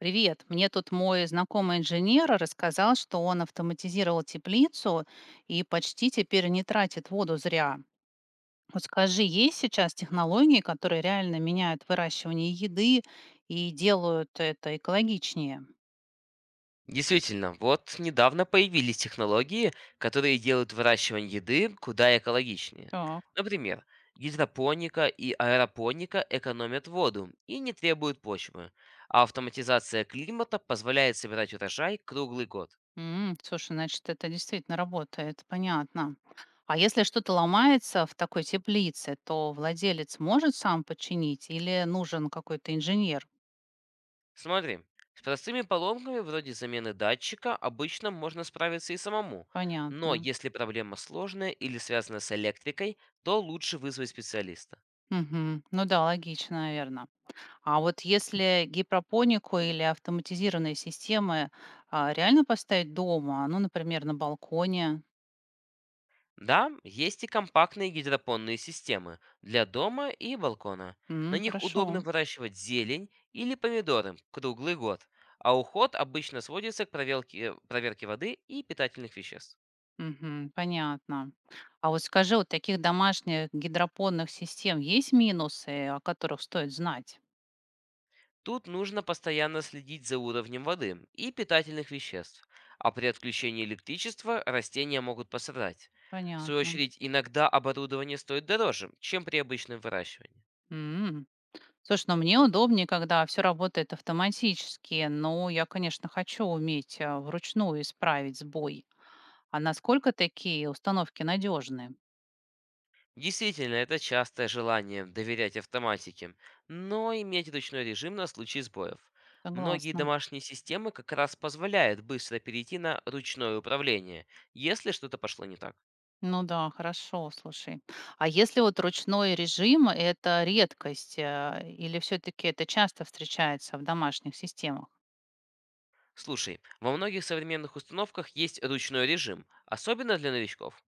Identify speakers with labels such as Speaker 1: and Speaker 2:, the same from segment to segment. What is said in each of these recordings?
Speaker 1: Привет. Мне тут мой знакомый инженер рассказал, что он автоматизировал теплицу и почти теперь не тратит воду зря. Вот скажи, есть сейчас технологии, которые реально меняют выращивание еды и делают это экологичнее?
Speaker 2: Действительно, вот недавно появились технологии, которые делают выращивание еды куда экологичнее.
Speaker 1: Так.
Speaker 2: Например, гидропоника и аэропоника экономят воду и не требуют почвы, а автоматизация климата позволяет собирать урожай круглый год.
Speaker 1: М, слушай, значит, это действительно работает, понятно. А если что-то ломается в такой теплице, то владелец может сам починить или нужен какой-то инженер?
Speaker 2: Смотри, с простыми поломками вроде замены датчика обычно можно справиться и самому, но
Speaker 1: Понятно.
Speaker 2: если проблема сложная или связана с электрикой, то лучше вызвать специалиста.
Speaker 1: Мгм. Ну да, логично, наверное. А вот если гидропонику или автоматизированные системы, реально поставить дома, ну, например, на балконе?
Speaker 2: Да, есть и компактные гидропонные системы для дома и балкона. На
Speaker 1: М,
Speaker 2: них удобно
Speaker 1: хорошо.
Speaker 2: выращивать зелень или помидоры круглый год, а уход обычно сводится к проверке воды и питательных веществ.
Speaker 1: Мгм, понятно. А вот скажи, вот таких домашних гидропонных систем есть минусы, о которых стоит знать?
Speaker 2: Тут нужно постоянно следить за уровнем воды и питательных веществ, а при отключении электричества растения могут пострадать. В свою
Speaker 1: Понятно.
Speaker 2: очередь, иногда оборудование стоит дороже, чем при обычном выращивании.
Speaker 1: М. Слушай, ну мне удобнее, когда все работает автоматически, но я, конечно, хочу уметь вручную исправить сбой. А насколько такие установки надежны?
Speaker 2: Действительно, это частое желание доверять автоматике, но иметь ручной режим на случай сбоев. Многие
Speaker 1: Согласна.
Speaker 2: домашние системы как раз позволяют быстро перейти на ручное управление, если что-то пошло не так.
Speaker 1: Ну да, хорошо, слушай. А если вот ручной режим - это редкость, или все таки это часто встречается в домашних системах?
Speaker 2: Слушай, во многих современных установках есть ручной режим, особенно для новичков.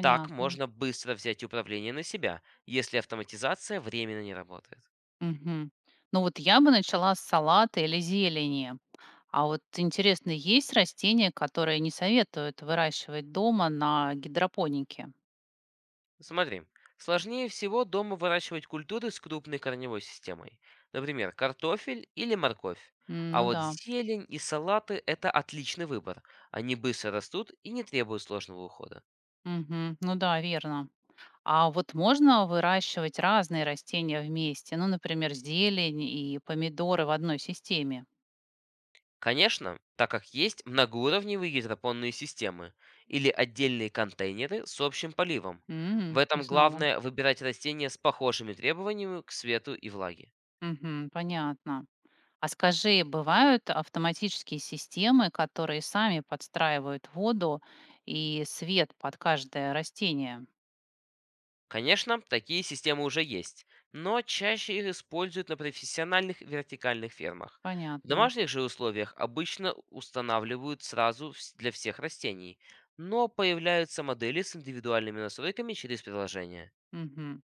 Speaker 2: Так можно быстро взять управление на себя, если автоматизация временно не работает.
Speaker 1: Мгм. Ну вот я бы начала с салата или зелени. А вот интересно, есть растения, которые не советуют выращивать дома на гидропонике?
Speaker 2: Смотри, сложнее всего дома выращивать культуры с крупной корневой системой, например, картофель или морковь.
Speaker 1: М,
Speaker 2: А
Speaker 1: ну
Speaker 2: вот
Speaker 1: да.
Speaker 2: зелень и салаты — это отличный выбор. Они быстро растут и не требуют сложного ухода.
Speaker 1: Мгм. Ну да, верно. А вот можно выращивать разные растения вместе? Ну, например, зелень и помидоры в одной системе?
Speaker 2: Конечно, так как есть многоуровневые гидропонные системы или отдельные контейнеры с общим поливом. В
Speaker 1: М, не
Speaker 2: этом
Speaker 1: знала.
Speaker 2: главное выбирать растения с похожими требованиями к свету и влаге.
Speaker 1: Мгм, понятно. А скажи, бывают автоматические системы, которые сами подстраивают воду и свет под каждое растение?
Speaker 2: Конечно, такие системы уже есть, но чаще их используют на профессиональных вертикальных фермах. В
Speaker 1: Понятно.
Speaker 2: домашних же условиях обычно устанавливают сразу для всех растений, но появляются модели с индивидуальными настройками через приложение.
Speaker 1: Мгм.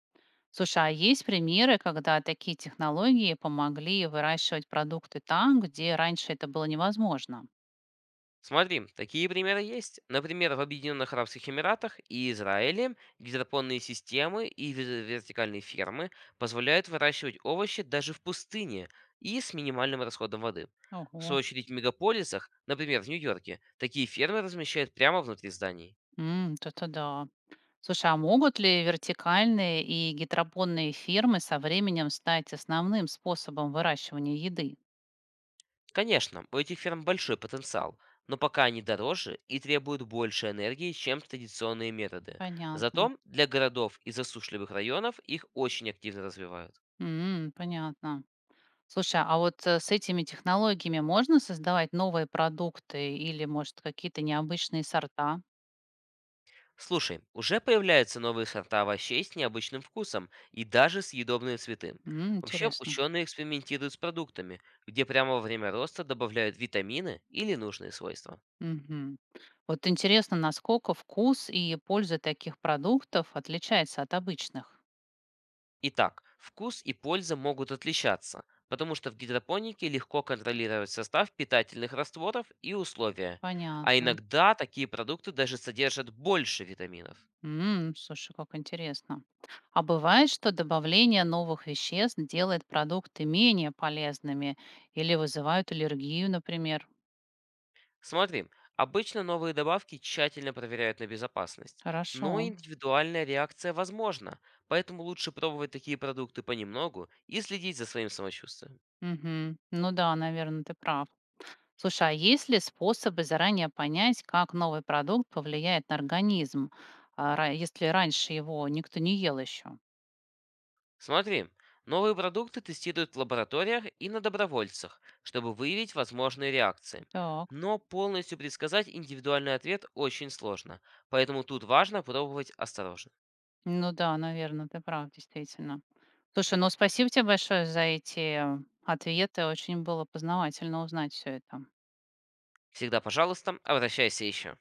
Speaker 1: Слушай, а есть примеры, когда такие технологии помогли выращивать продукты там, где раньше это было невозможно?
Speaker 2: Смотри, такие примеры есть. Например, в Объединенных Арабских Эмиратах и Израиле гидропонные системы и вертикальные фермы позволяют выращивать овощи даже в пустыне и с минимальным расходом воды. В свою
Speaker 1: Ого.
Speaker 2: очередь, в мегаполисах, например, в Нью-Йорке, такие фермы размещают прямо внутри зданий.
Speaker 1: М, это да. Слушай, а могут ли вертикальные и гидропонные фермы со временем стать основным способом выращивания еды?
Speaker 2: Конечно, у этих ферм большой потенциал, но пока они дороже и требуют больше энергии, чем традиционные методы.
Speaker 1: Понятно.
Speaker 2: Зато для городов и засушливых районов их очень активно развивают.
Speaker 1: М, понятно. Слушай, а вот, с этими технологиями можно создавать новые продукты или, может, какие-то необычные сорта?
Speaker 2: Слушай, уже появляются новые сорта овощей с необычным вкусом и даже съедобные цветы.
Speaker 1: М,
Speaker 2: Вообще,
Speaker 1: интересно.
Speaker 2: ученые экспериментируют с продуктами, где прямо во время роста добавляют витамины или нужные свойства.
Speaker 1: Мгм. Вот интересно, насколько вкус и польза таких продуктов отличается от обычных?
Speaker 2: Итак, вкус и польза могут отличаться, потому что в гидропонике легко контролировать состав питательных растворов и условия, а
Speaker 1: Понятно.
Speaker 2: иногда такие продукты даже содержат больше витаминов.
Speaker 1: М, слушай, как интересно. А бывает, что добавление новых веществ делает продукты менее полезными или вызывают аллергию, например?
Speaker 2: Смотри, обычно новые добавки тщательно проверяют на безопасность,
Speaker 1: Хорошо.
Speaker 2: но индивидуальная реакция возможна, поэтому лучше пробовать такие продукты понемногу и следить за своим самочувствием.
Speaker 1: Мгм. Ну да, наверное, ты прав. Слушай, а есть ли способы заранее понять, как новый продукт повлияет на организм, если раньше его никто не ел еще?
Speaker 2: Смотри, новые продукты тестируют в лабораториях и на добровольцах, чтобы выявить возможные реакции.
Speaker 1: Так.
Speaker 2: Но полностью предсказать индивидуальный ответ очень сложно, поэтому тут важно пробовать осторожно.
Speaker 1: Ну да, наверное, ты прав, действительно. Слушай, ну спасибо тебе большое за эти ответы. Очень было познавательно узнать все это.
Speaker 2: Всегда, пожалуйста, обращайся еще.